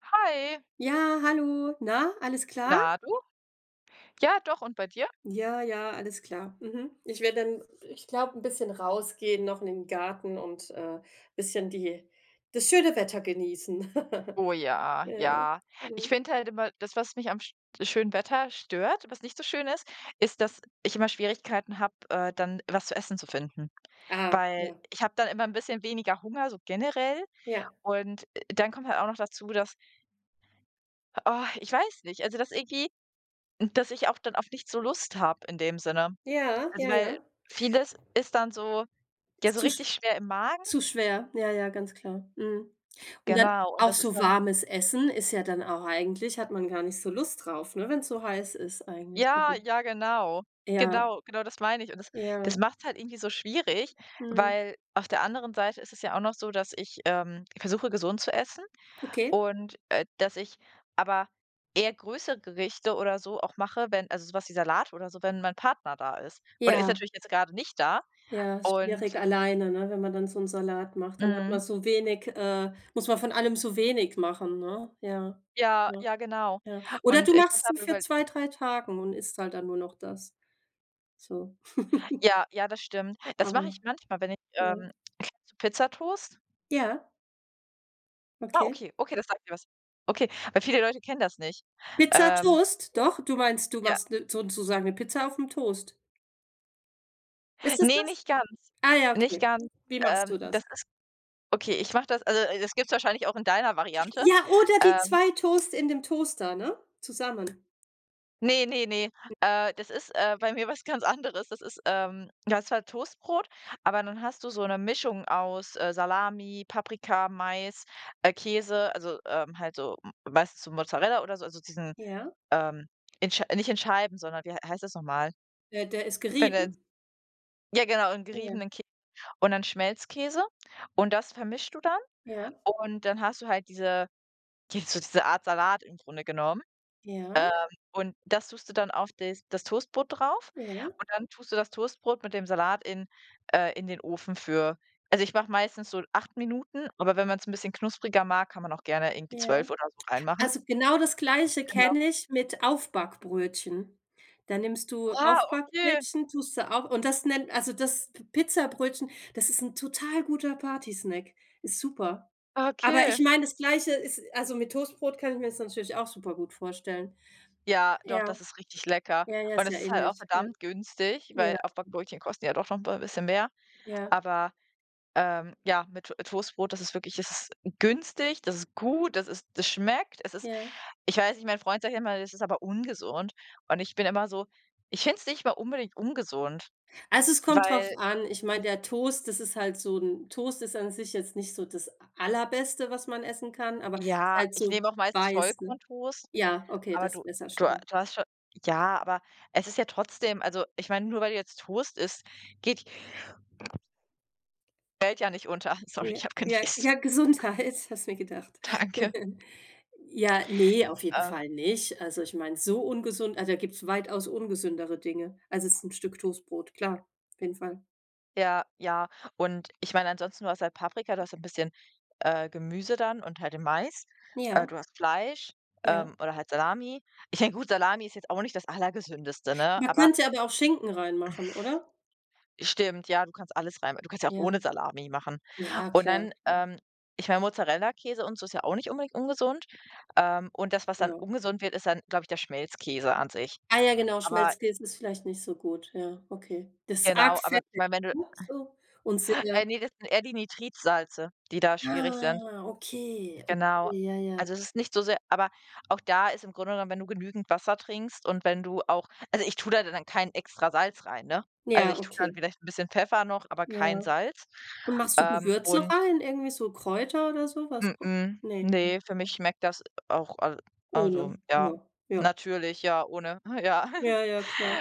Hi, Ja, hallo. Na, alles klar? na du? Ja, doch, und bei dir? Ja, ja, alles klar. Mhm. Ich werde dann, ich glaube, ein bisschen rausgehen noch in den Garten und, ein bisschen die das schöne Wetter genießen. Oh ja, Ja. ja. Ich Mhm. finde halt immer, das, was mich am schönen Wetter stört, was nicht so schön ist, ist, dass ich immer Schwierigkeiten habe, dann was zu essen zu finden. Ah, Weil ja. ich habe dann immer ein bisschen weniger Hunger, so generell. Ja. Und, dann kommt halt auch noch dazu, dass oh, ich weiß nicht, also, dass irgendwie dass ich auch dann auf nichts so Lust habe in dem Sinne. Ja, Also, ja, weil ja. vieles ist dann so ja, Ist so richtig schwer im Magen. zu schwer. Ja, ja, ganz klar. Mhm. Und dann Genau, und auch das ist so dann warmes Essen ist ja dann auch eigentlich hat man gar nicht so Lust drauf, ne, wenn es so heiß ist eigentlich. ja, Also ja, genau. ja, Genau, genau das meine ich. Und das ja. macht's halt irgendwie so schwierig, Mhm. weil auf der anderen Seite ist es ja auch noch so, dass ich, versuche, gesund zu essen Okay. und, dass ich aber eher größere Gerichte oder so auch mache, wenn also so was wie Salat oder so, wenn mein Partner da ist. Und er ist Ja. natürlich jetzt gerade nicht da Ja, ist und schwierig alleine, ne, wenn man dann so 'n Salat macht, dann hat man mhm, so wenig muss man von allem so wenig machen, ne? Ja, ja, ja, ja, genau. ja. Oder Und du ich hatte machst ihn aber für über 2 3 Tagen und isst halt dann nur noch das, so. ja, ja, das stimmt. Das Aber mache ich manchmal, wenn ich, ja. Kennst du Pizzatoast? Ja, Ah, okay. okay, okay, das sagt mir was. Okay, weil viele Leute kennen das nicht. Pizza, Ähm, Toast? Doch? Du meinst, du ja. machst sozusagen 'ne Pizza aufm Toast. Ist das Ne, das? nicht ganz. Ah ja, Nicht okay. ganz. Wie machst du das? Das ist okay, ich mache das also, das gibt's wahrscheinlich auch in deiner Variante. Ja, oder die Ähm, 2 Toast in dem Toaster, ne? Zusammen. ne, ne, ne, das ist, bei mir was ganz anderes. Das ist, ja, ist zwar Toastbrot, aber dann hast du so 'ne Mischung aus, Salami, Paprika, Mais, Käse, also, halt so m meistens so Mozzarella oder so, also diesen, Ja. ähm, in Schei nicht in Scheiben, sondern wie heißt das noch mal? Der, der ist Wenn der gerieben. ja, genau, und Ja, geriebenen Kä und dann Schmelzkäse und das vermischst du dann ja, und dann hast du halt diese die so diese Art Salat im Grunde genommen, ja, ähm, und das tust du dann auf das Toastbrot drauf ja. und dann tust du das Toastbrot mit dem Salat in den Ofen für also, ich mache meistens so 8 Minuten, aber wenn man's 'n bisschen knuspriger mag, kann man auch gerne irgendwie Ja. 12 oder so reinmachen. Also, genau das Gleiche Genau. kenne ich mit Aufbackbrötchen. Da nimmst du Ah, okay, Aufbackbrötchen, tust du auf und das nennt also, das P Pizzabrötchen, das ist 'n total guter Partysnack, ist super. Aber ich okay. meine, das Gleiche ist also, mit Toastbrot kann ich mir das natürlich auch super gut vorstellen. Ja, doch, Ja, das ist richtig lecker ja, ja, und ist ja es ist halt auch ähnlich. Ja, verdammt günstig, ja, weil auf Backbrötchen kosten ja doch noch mal 'n bisschen mehr. ja, Aber, ja, mit To Toastbrot, das ist wirklich das ist günstig, das ist gut, das ist das schmeckt. Es ist ja. ich weiß nicht, mein Freund sagt immer, das ist aber ungesund. Und ich bin immer so ich finde es nicht mal unbedingt ungesund, Also, es kommt drauf weil an. Ich meine, der Toast, das ist halt so 'n Toast ist an sich jetzt nicht so das Allerbeste, was man essen kann, aber ist ja, halt ich so nehme auch meistens weiß, ne? Vollkorntoast, Ja, okay, aber das du besser du schon mal. du hast schon ja, aber es ist ja trotzdem also, ich meine, nur weil du jetzt Toast isst, geht die Welt ja nicht unter. Sorry, Ja, ich habe ja, genießt. ja, Gesundheit, hast mir gedacht. Danke. Ja, nee, auf jeden Ähm Fall nicht. Also, ich meine, so ungesund also, da gibt's weitaus ungesündere Dinge, also es ist ein Stück Toastbrot, klar, auf jeden Fall. Ja, ja. Und ich meine, ansonsten, du hast halt Paprika, du hast ein bisschen, Gemüse dann und halt den Mais. Du Ja, hast Fleisch, ja. Oder halt Salami. Ich meine, gut, Salami ist jetzt auch nicht das Allergesündeste, ne? Man Aber könnte aber auch Schinken reinmachen, oder? stimmt, ja, du kannst alles rein du kannst ja auch Ja. ohne Salami machen. Ja, Und klar, dann, klar, ich meine, Mozzarella-Käse und so ist ja auch nicht unbedingt ungesund. Und das, was dann ja. ungesund wird, ist dann, glaube ich, der Schmelzkäse an sich. Ah ja, genau, Aber ich- Schmelzkäse ist vielleicht nicht so gut, ja, okay. Das ist arg genau, aber ich fettig, meine, wenn du ne, so und sehr ne, das sind eher die Nitritsalze, die da schwierig sind. ah, okay, Genau. okay, ja, ja. Also, es ist nicht so sehr aber auch da ist im Grunde genommen, wenn du genügend Wasser trinkst und wenn du auch also, ich tue da dann kein extra Salz rein, ne? Also, Ja, ich tue dann okay, vielleicht ein bisschen Pfeffer noch, aber kein ja. Salz. Und machst du Gewürze Und rein, irgendwie so Kräuter oder so was? Ne, ne, für mich okay. schmeckt das auch al Ohne, also, ja, ja, ja. natürlich, ja, ohne ja. Ja, ja, klar.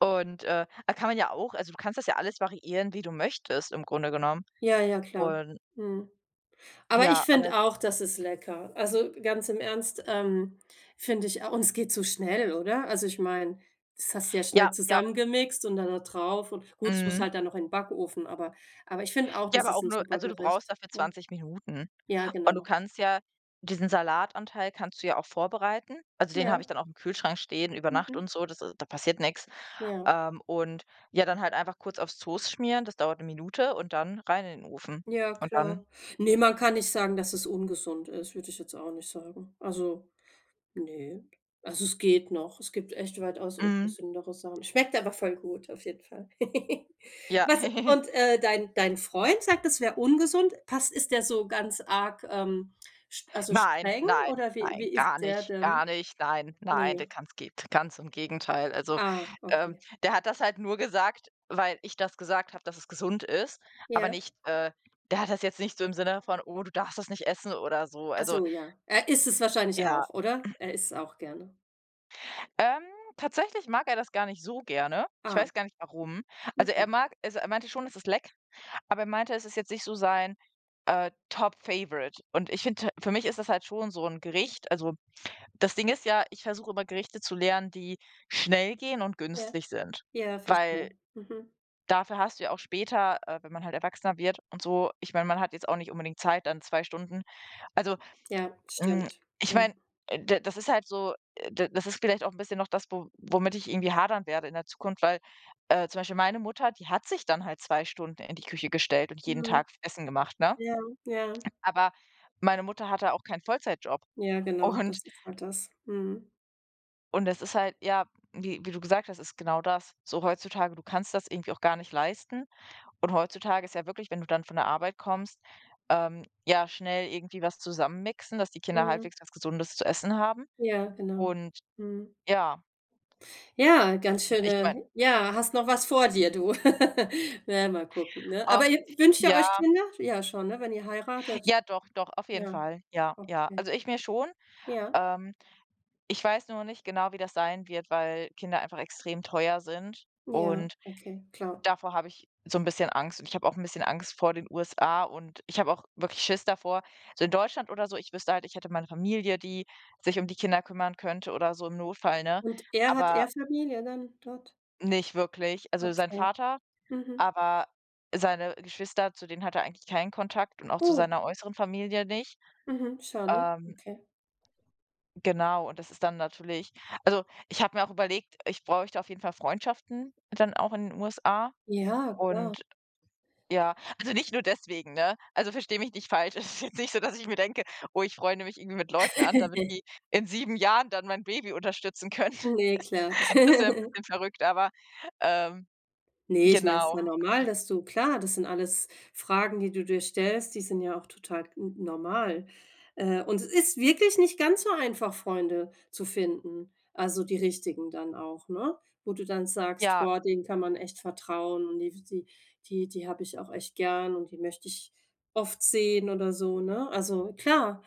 Und, da kann man ja auch also, du kannst das ja alles variieren, wie du möchtest im Grunde genommen. Ja, ja, klar. Und Mhm. Aber ich ja, aber es finde auch, das ist lecker. Also, ganz im Ernst, finde ich uns geht so schnell, oder? Also, ich meine, das hast du ja schnell ja, ja, zusammengemixt und dann da drauf und gut, es muss mhm. halt dann noch in den Backofen, aber ich finde auch, Ja, das aber ist auch ein nur super also, du brauchst Gericht. dafür Ja. 20 Minuten. Ja, Und du genau. kannst ja diesen Salatanteil kannst du ja auch vorbereiten. Also, den Ja, habe ich dann auch im Kühlschrank stehen über Nacht mhm, und so, das ist- da passiert nichts. ja. Und ja, dann halt einfach kurz aufs Toast schmieren, das dauert 1 Minute und dann rein in den Ofen. Ja, Und dann klar. Ne, man kann nicht sagen, dass es ungesund ist, würde ich jetzt auch nicht sagen. Also, ne. Also, es geht noch. Es gibt echt weitaus mhm, ungesündere Sachen. Schmeckt aber voll gut, auf jeden Fall. ja. Was und, dein Freund sagt, es wäre ungesund. Passt ist der so ganz arg, st also, Nein, streng nein, oder wie nein, wie ist der gar denn? nicht, nein, nein, der Ne. ganz geht ganz im Gegenteil. Also, Ah, ähm, okay. der hat das halt nur gesagt, weil ich das gesagt habe, dass es gesund ist, aber Ja. nicht der hat das jetzt nicht so im Sinne von: „Oh, du darfst das nicht essen" oder so. Ach Also, so, ja. Er isst es wahrscheinlich ja. auch, oder? Er isst es auch gerne. Ähm, tatsächlich mag er das gar nicht so gerne. Ich Ah, weiß gar nicht warum. Also, er mhm. mag also, er meinte schon, es ist lecker, aber er meinte, es ist jetzt nicht so sein, Top Favorite. Und ich finde, für mich ist das halt schon so ein Gericht also, das Ding ist ja, ich versuche immer Gerichte zu lernen, die schnell gehen und Ja. günstig sind, Ja, weil verstehe. Mhm. dafür hast du ja auch später, wenn man halt erwachsener wird und so ich meine, man hat jetzt auch nicht unbedingt Zeit, dann 2 Stunden also, Ja, hm, stimmt. ich Ja. meine, d das ist halt so d das ist vielleicht auch 'n bisschen noch das, wo womit ich irgendwie hadern werde in der Zukunft, weil, zum Beispiel meine Mutter, die hat sich dann halt 2 Stunden in die Küche gestellt und jeden Mhm. Tag Essen gemacht, ne? Ja, ja, Aber meine Mutter hatte auch keinen Vollzeitjob. ja, genau, Und das ist halt das. Mhm. Das ist halt ja, wie du gesagt hast, ist genau das. So heutzutage, du kannst das irgendwie auch gar nicht leisten. Und heutzutage ist ja wirklich, wenn du dann von der Arbeit kommst, ja, schnell irgendwie was zusammenmixen, dass die Kinder Mhm. halbwegs was Gesundes zu essen haben. Ja, genau. Und Mhm. ja. Ja, ganz Ich meine schöne ja, hast noch was vor dir, du. Na, mal gucken, ne? Aber ach ihr wünscht ihr ja, euch Kinder? Ja, schon, ne, wenn ihr heiratet? ja doch, doch, auf jeden Ja, Fall. Ja, ja. okay. Also, ich mir schon. Ja, Ähm, ich weiß nur nicht genau, wie das sein wird, weil Kinder einfach extrem teuer sind ja, und okay, klar. davor habe ich so ein bisschen Angst und ich habe auch ein bisschen Angst vor den USA und ich habe auch wirklich Schiss davor. So in Deutschland oder so, ich wüsste halt, ich hätte meine Familie, die sich um die Kinder kümmern könnte oder so im Notfall, ne? Und er hat Aber er Familie dann dort? nicht wirklich. Also, sein Okay. Vater, Mhm. aber seine Geschwister, zu denen hat er eigentlich keinen Kontakt und auch zu Oh, seiner äußeren Familie nicht. mhm, schade. Ähm, Okay. genau, und das ist dann natürlich also, ich habe mir auch überlegt, ich bräuchte auf jeden Fall Freundschaften dann auch in den USA Ja, klar. und ja, also nicht nur deswegen, ne? Also, verstehe mich nicht falsch. Es ist jetzt nicht so, dass ich mir denke: „Oh, ich freunde mich irgendwie mit Leuten an, damit die in 7 Jahren dann mein Baby unterstützen können." Ne, klar. Das wäre ein bisschen verrückt, aber, ähm, Ne, ich meine, es ist ja genau. normal, dass du klar, das sind alles Fragen, die du dir stellst, die sind ja auch total n normal. Und es ist wirklich nicht ganz so einfach, Freunde zu finden, also die richtigen dann auch, ne? Wo du dann sagst: Ja, „Boah, denen kann man echt vertrauen und die die habe ich auch echt gern und die möchte ich oft sehen" oder so, ne? Also klar.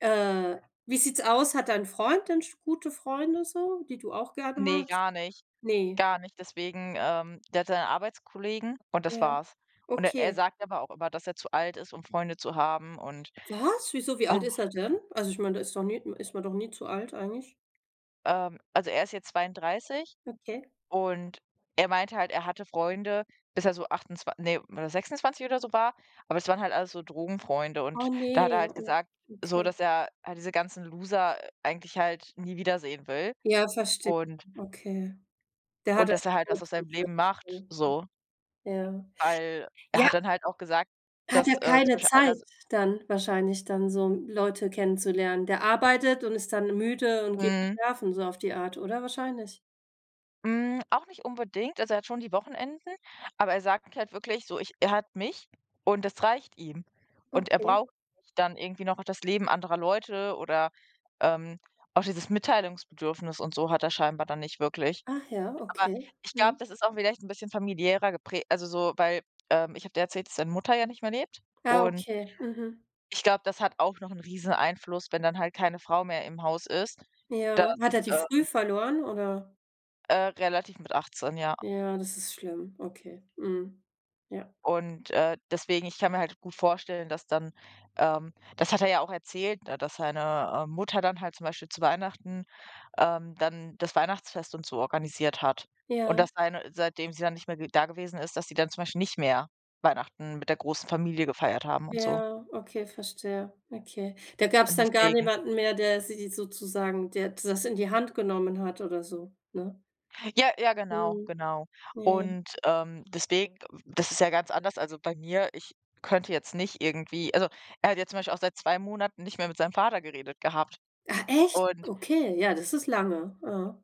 Äh, wie sieht's aus? Hat dein Freund denn sch gute Freunde so, die du auch gerne nee magst? gar nicht, Ne, gar nicht. Deswegen, der hat seine Arbeitskollegen und das ja. war's. Und er Okay. sagt aber auch immer, dass er zu alt ist, um Freunde zu haben und Was? Wieso? Wie alt oh, ist er denn? Also, ich meine, da ist doch nie ist man doch nie zu alt eigentlich. Also er ist jetzt 32 Okay. und er meinte halt, er hatte Freunde, bis er so 28, ne, oder 26 oder so war, aber es waren halt alles so Drogenfreunde und Oh da hat er nee. halt Oh, gesagt, so, okay. dass er halt diese ganzen Loser eigentlich halt nie wiedersehen will Ja, verstehe. und Okay. Der hat das dass er halt was aus selbst seinem Leben geschützt, macht, ne? so. Ja. Weil er Ja, hat dann halt auch gesagt, hat er dass, zum keine Beispiel einer Zeit dann wahrscheinlich dann so Leute kennenzulernen. Der arbeitet und ist dann müde und geht mhm. schlafen, so auf die Art, oder? Wahrscheinlich. Hm, auch nicht unbedingt. Also, er hat schon die Wochenenden, aber er sagt halt wirklich so: „Ich er hat mich und das reicht ihm." Und er Okay. braucht nicht dann irgendwie noch das Leben anderer Leute oder, ähm, auch dieses Mitteilungsbedürfnis und so hat er scheinbar dann nicht wirklich. Ach ja, Aber okay. ich glaube, Mhm. das ist auch vielleicht ein bisschen familiärer geprägt, also, so, weil, ich habe dir erzählt, dass seine Mutter ja nicht mehr lebt Ah, und okay. Mhm. ich glaube, das hat auch noch einen riesen Einfluss, wenn dann halt keine Frau mehr im Haus ist. Das, Ja. Hat er die äh, früh verloren, oder? Relativ mit 18, ja. Ja, das ist schlimm. Okay. Mhm. Ja. Und, deswegen ich kann mir halt gut vorstellen, dass dann das hat er ja auch erzählt, da dass seine, Mutter dann halt zum Beispiel zu Weihnachten, dann das Weihnachtsfest und so organisiert hat. Und Ja, dass seine seitdem sie dann nicht mehr ge da gewesen ist, dass sie dann zum Beispiel nicht mehr Weihnachten mit der großen Familie gefeiert haben und so. ja, okay, verstehe. Okay. Da gab es Und dann gar deswegen niemanden mehr, der sie sozusagen der das in die Hand genommen hat oder so, ne? ja, ja, genau, Mhm. genau. Ja, ja. Und, deswegen das ist ja ganz anders. Also, bei mir, ich könnte jetzt nicht irgendwie, also, er hat jetzt zum Beispiel auch seit 2 Monaten nicht mehr mit seinem Vater geredet gehabt Ah, echt? und. Okay, ja, das ist lange. Ja.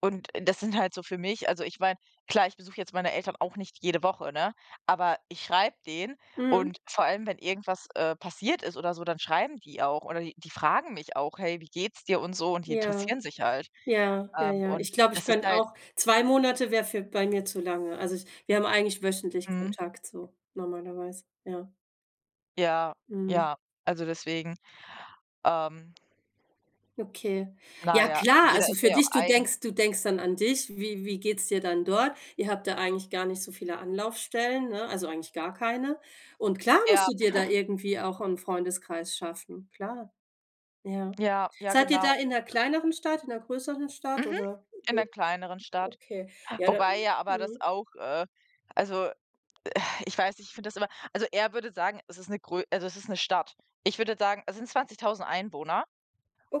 Und das sind halt so für mich, also, ich meine, klar, ich besuche jetzt meine Eltern auch nicht jede Woche, ne? Aber ich schreibe denen, Mhm. und vor allem, wenn irgendwas passiert ist oder so, dann schreiben die auch, oder die fragen mich auch: „Hey, wie geht's dir?" und so, und die Ja, interessieren sich halt. ja, ja, Ähm, ja. Ich und glaube, ich das ist könnte halt, auch 2 Monate wäre für bei mir zu lange. Also, ich wir haben eigentlich wöchentlich mhm, Kontakt so normalerweise, ja. ja, Mhm. ja, also, deswegen, ähm, Okay. na Ja ja, also klar, jeder also ist für ja auch dich du eigen. denkst du denkst dann an dich. Wie geht's dir dann dort? Ihr habt da eigentlich gar nicht so viele Anlaufstellen, ne? Also eigentlich gar keine. Und klar musst Ja, du dir da irgendwie auch einen Freundeskreis schaffen. Klar, ja. ja, ja, Seid ihr da genau. in 'ner kleineren Stadt, in 'ner größeren Stadt Mhm, oder in einer kleineren Stadt. okay. Ja, da Wobei ja aber das mhm. auch, also äh, ich weiß nicht, ich finde das immer, also, er würde sagen, es ist eine grö- also, es ist eine Stadt. Ich würde sagen, es sind 20.000 Einwohner,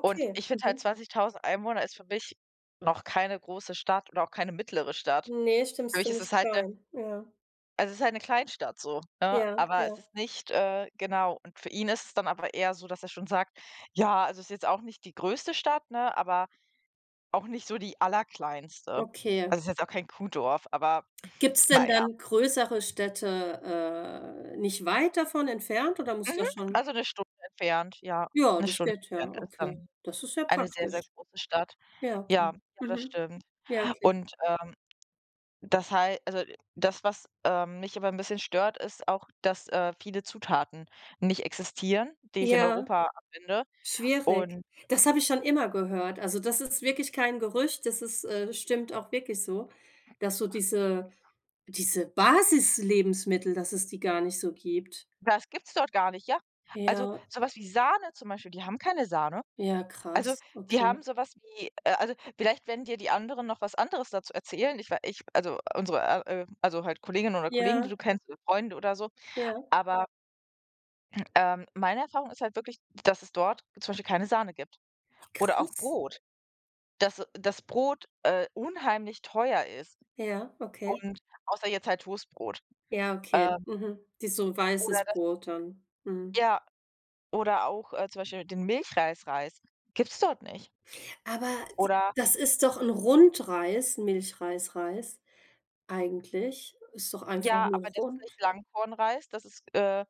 und ich finde halt, Mhm. 20.000 Einwohner ist für mich noch keine große Stadt oder auch keine mittlere Stadt. Ne, stimmt, Für mich ist es ziemlich halt 'ne, klein. Ja. also, es ist halt 'ne Kleinstadt, so, ne? Ja, Aber ja. es ist nicht, genau. Und für ihn ist es dann aber eher so, dass er schon sagt: „Ja, also, es ist jetzt auch nicht die größte Stadt, ne, aber auch nicht so die allerkleinste." Also, es Okay. ist jetzt auch kein Kuhdorf, aber Gibt's denn na ja. dann größere Städte, nicht weit davon entfernt oder muss Mhm, das schon also eine Stunde entfernt, ja. ja, Eine das Stunde geht ja, entfernt ist okay. dann Das ist ja eine sehr, sehr praktisch. große Stadt. Ja, okay. Ja, ja, das Mhm. stimmt. Ja, okay. Und das heißt, also, das, was, mich aber ein bisschen stört, ist auch, dass, viele Zutaten nicht existieren, die ich in Ja, Europa finde. schwierig. Und Das habe ich schon immer gehört. Also, das ist wirklich kein Gerücht, das ist, stimmt auch wirklich so, dass so diese Basislebensmittel, dass es die gar nicht so gibt. das gibt's dort gar nicht, ja. Also, Ja, sowas wie Sahne zum Beispiel, die haben keine Sahne. ja, Also, krass, die okay. haben so was wie, also, vielleicht werden dir die anderen noch was anderes dazu erzählen. Ich also, unsere, äh, also, halt Kolleginnen oder Kollegen, die Ja, du kennst, oder Freunde oder so. ja. Aber, meine Erfahrung ist halt wirklich, dass es dort zum Beispiel keine Sahne gibt oder auch Krass. Brot, dass das Brot unheimlich teuer ist, Ja, okay. und außer jetzt halt Toastbrot. Ja, okay. Ähm, Mhm. Die so weißes oder das, Brot dann. Mhm. ja, oder auch, zum Beispiel den Milchreis-Reis gibt's dort nicht. Aber d Oder das ist doch ein Rundreis, Milchreis Reis eigentlich. Ist doch einfach ja, nur aber das ist rund. nicht Langkornreis, das ist, äh,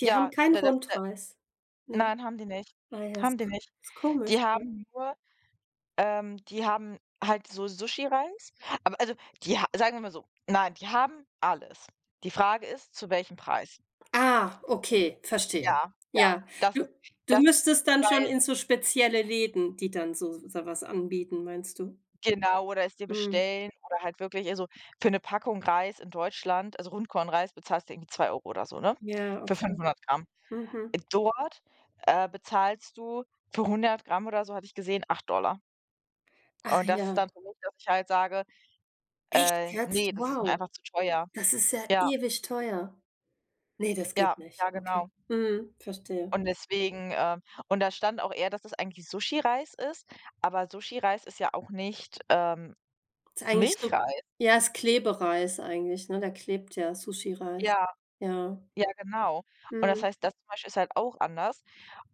Die haben ja, keinen da das. Rundreis. Ne. Nein, haben die nicht. Ah ja, Haben die nicht. ist komisch, Die ne? haben nur, die haben halt so Sushi-Reis, aber, also, die ha sagen wir mal so, nein, die haben alles. Die Frage ist, zu welchem Preis? Ah, okay, verstehe. Ja, ja, Ja, das du ist du das ist müsstest dann schon weil in so spezielle Läden, die dann so was anbieten, meinst du? genau, oder es dir Mhm. bestellen oder halt wirklich, also, für 'ne Packung Reis in Deutschland, also Rundkornreis, bezahlst du irgendwie 2 Euro oder so, ne? Ja, Für okay. 500 Gramm. Mhm. Dort, bezahlst du für 100 Gramm oder so, hatte ich gesehen, 8 Dollar. Ach Und das ist ja. dann für mich, dass ich halt sage, Echt jetzt? ne, das ist mir Wow. einfach zu teuer. Das ist ja Ja, ewig teuer. Ne, das ja, geht nicht. ja, Okay. genau. Mhm, verstehe. Und deswegen, und da stand auch eher, dass das eigentlich Sushireis ist, aber Sushireis ist ja auch nicht, Ist eigentlich so Milchreis. ja, ist Klebereis eigentlich, ne? Der klebt ja, Sushireis. Ja, Ja. ja, genau. Und das Mhm. heißt, das zum Beispiel ist halt auch anders.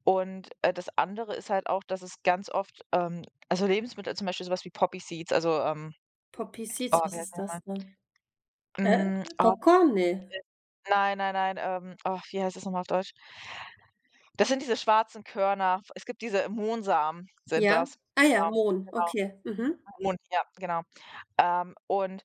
Und, das andere ist halt auch, dass es ganz oft, ähm, also Lebensmittel, zum Beispiel so was wie Poppy Seeds, also, Poppy oh, Seeds, wie was heißt der ist noch mal? das denn? Äh, Hm, oh, Popcorn? Ne. nein, nein, nein, oh, wie heißt das noch mal auf Deutsch? Das sind diese schwarzen Körner. Es gibt diese Mohnsamen, sind Ja? das. Ah ja, Genau, Mohn, genau. okay. Mhm. Mohn, ja, genau. Und,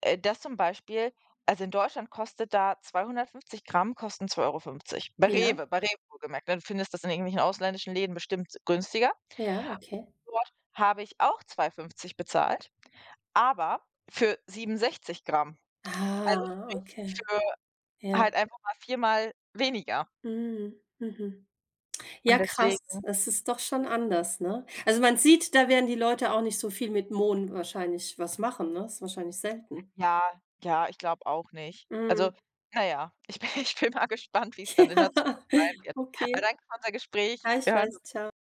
das zum Beispiel, also in Deutschland kostet da, 250 Gramm kosten 2,50 €. Bei Ja, Rewe, bei Rewe wohlgemerkt, ne? Du findest das in irgendwelchen ausländischen Läden bestimmt günstiger. ja, okay. Dort habe ich auch 2,50 fünfzig bezahlt, aber für 67 Gramm. Also Ah, sprich okay. für Ja. halt einfach mal viermal weniger. Mhm, mhm. Und Ja, krass. deswegen, Es ist doch schon anders, ne? Also, man sieht, da werden die Leute auch nicht so viel mit Mohn wahrscheinlich was machen, ne? Ist wahrscheinlich selten. ja, ja, ich glaube auch nicht. Also, Mhm. naja, ich bin ich bin mal gespannt, wie es dann in der Ja, Zukunft sein wird. Aber okay. danke für unser Gespräch. Wir hören Gleichfalls. uns. Ciao.